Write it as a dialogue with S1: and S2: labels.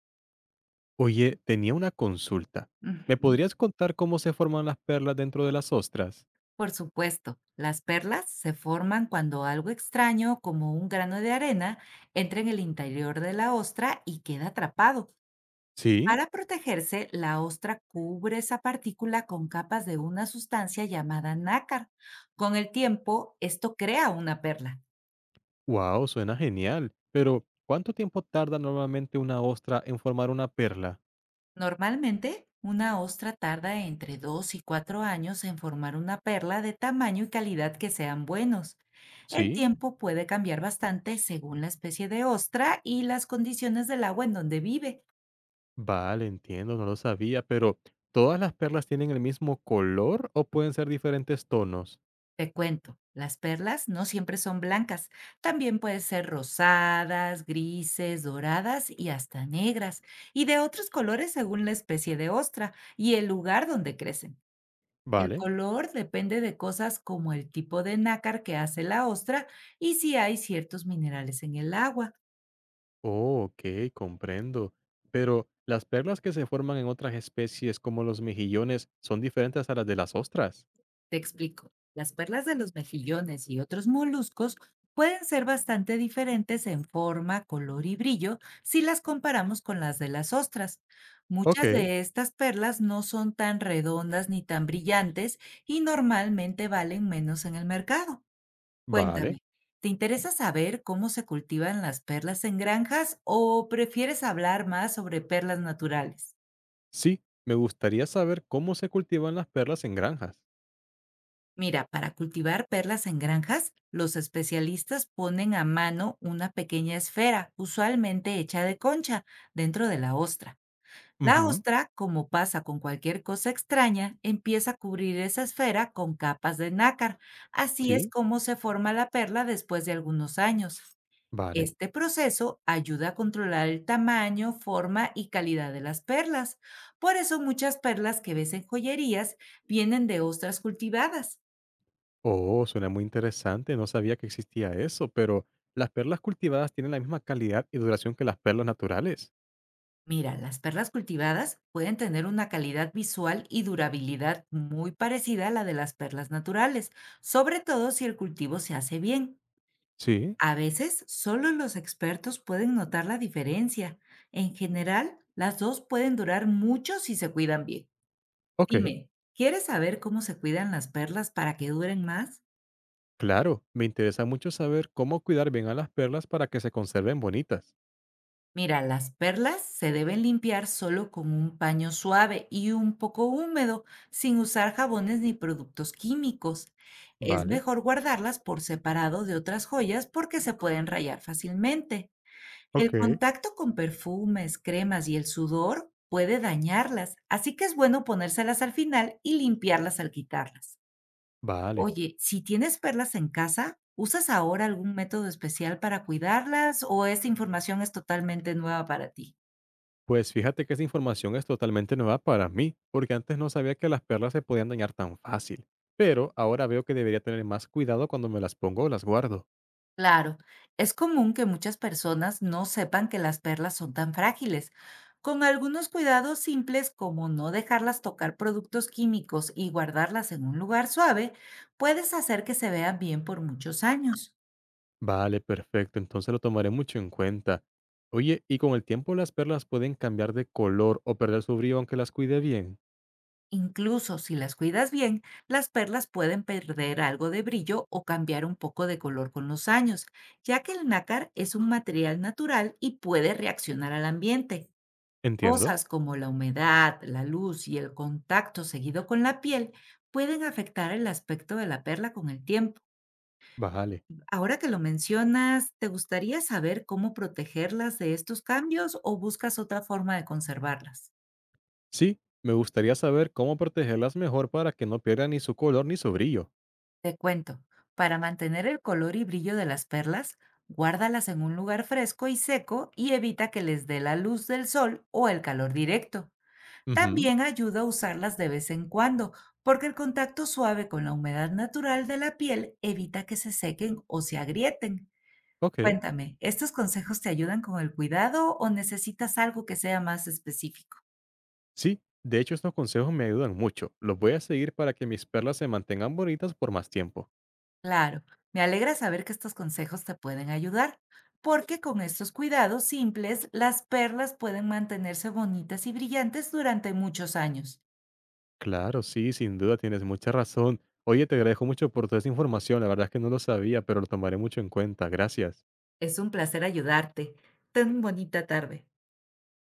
S1: Oye, tenía una consulta. ¿Me
S2: Ujú,
S1: podrías contar cómo se forman las perlas dentro de las ostras?
S2: por supuesto, las perlas se forman cuando algo extraño, como un grano de arena, entra en el interior de la ostra y queda atrapado.
S1: Sí,
S2: Para protegerse, la ostra cubre esa partícula con capas de una sustancia llamada nácar. Con el tiempo, esto crea una perla.
S1: wow, suena genial. Pero, ¿cuánto tiempo tarda normalmente una ostra en formar una perla?
S2: Normalmente, una ostra tarda entre 2 y 4 años en formar una perla de tamaño y calidad que sean buenos. El
S1: Sí,
S2: tiempo puede cambiar bastante según la especie de ostra y las condiciones del agua en donde vive.
S1: vale, entiendo, no lo sabía, pero ¿todas las perlas tienen el mismo color o pueden ser diferentes tonos?
S2: Te cuento, las perlas no siempre son blancas, también pueden ser rosadas, grises, doradas y hasta negras, y de otros colores según la especie de ostra y el lugar donde crecen. El
S1: Vale.
S2: color depende de cosas como el tipo de nácar que hace la ostra y si hay ciertos minerales en el agua.
S1: Oh, ok, comprendo. Pero, ¿las perlas que se forman en otras especies como los mejillones son diferentes a las de las ostras?
S2: Te explico. Las perlas de los mejillones y otros moluscos pueden ser bastante diferentes en forma, color y brillo si las comparamos con las de las ostras.
S1: Ok,
S2: Muchas de estas perlas no son tan redondas ni tan brillantes y normalmente valen menos en el mercado.
S1: vale.
S2: Cuéntame, ¿te interesa saber cómo se cultivan las perlas en granjas o prefieres hablar más sobre perlas naturales?
S1: Sí, me gustaría saber cómo se cultivan las perlas en granjas.
S2: Mira, para cultivar perlas en granjas, los especialistas ponen a mano una pequeña esfera, usualmente hecha de concha, dentro de la ostra. La
S1: Ujú.
S2: ostra, como pasa con cualquier cosa extraña, empieza a cubrir esa esfera con capas de nácar. Así es
S1: Sí,
S2: como se forma la perla después de algunos años.
S1: vale.
S2: Este proceso ayuda a controlar el tamaño, forma y calidad de las perlas. Por eso muchas perlas que ves en joyerías vienen de ostras cultivadas.
S1: Oh, suena muy interesante. No sabía que existía eso, pero las perlas cultivadas tienen la misma calidad y duración que las perlas naturales.
S2: Mira, las perlas cultivadas pueden tener una calidad visual y durabilidad muy parecida a la de las perlas naturales, sobre todo si el cultivo se hace bien.
S1: Sí,
S2: A veces solo los expertos pueden notar la diferencia. En general, las dos pueden durar mucho si se cuidan bien.
S1: ok.
S2: Dime, ¿quieres saber cómo se cuidan las perlas para que duren más?
S1: Claro, me interesa mucho saber cómo cuidar bien a las perlas para que se conserven bonitas.
S2: Mira, las perlas se deben limpiar solo con un paño suave y un poco húmedo, sin usar jabones ni productos químicos. Es
S1: Vale,
S2: mejor guardarlas por separado de otras joyas porque se pueden rayar fácilmente. El
S1: ok.
S2: contacto con perfumes, cremas y el sudor puede dañarlas, así que es bueno ponérselas al final y limpiarlas al quitarlas.
S1: Vale.
S2: Oye, si tienes perlas en casa, ¿usas ahora algún método especial para cuidarlas o esta información es totalmente nueva para ti?
S1: Pues fíjate que esa información es totalmente nueva para mí, porque antes no sabía que las perlas se podían dañar tan fácil, pero ahora veo que debería tener más cuidado cuando me las pongo o las guardo.
S2: Claro, es común que muchas personas no sepan que las perlas son tan frágiles. Con algunos cuidados simples como no dejarlas tocar productos químicos y guardarlas en un lugar suave, puedes hacer que se vean bien por muchos años.
S1: Vale, perfecto, entonces lo tomaré mucho en cuenta. Oye, ¿y con el tiempo las perlas pueden cambiar de color o perder su brillo aunque las cuide bien?
S2: Incluso si las cuidas bien, las perlas pueden perder algo de brillo o cambiar un poco de color con los años, ya que el nácar es un material natural y puede reaccionar al ambiente.
S1: ¿Entiendo?
S2: Cosas como la humedad, la luz y el contacto seguido con la piel pueden afectar el aspecto de la perla con el tiempo.
S1: Vale.
S2: Ahora que lo mencionas, ¿te gustaría saber cómo protegerlas de estos cambios o buscas otra forma de conservarlas?
S1: Sí, me gustaría saber cómo protegerlas mejor para que no pierdan ni su color ni su brillo.
S2: Te cuento, para mantener el color y brillo de las perlas, guárdalas en un lugar fresco y seco y evita que les dé la luz del sol o el calor directo.
S1: Ujú,
S2: También ayuda a usarlas de vez en cuando, porque el contacto suave con la humedad natural de la piel evita que se sequen o se agrieten.
S1: ok.
S2: Cuéntame, ¿estos consejos te ayudan con el cuidado o necesitas algo que sea más específico?
S1: Sí, de hecho estos consejos me ayudan mucho. Los voy a seguir para que mis perlas se mantengan bonitas por más tiempo.
S2: Claro, me alegra saber que estos consejos te pueden ayudar, porque con estos cuidados simples, las perlas pueden mantenerse bonitas y brillantes durante muchos años.
S1: Claro, sí, sin duda tienes mucha razón. Oye, te agradezco mucho por toda esa información. La verdad es que no lo sabía, pero lo tomaré mucho en cuenta. Gracias.
S2: Es un placer ayudarte. Ten bonita tarde.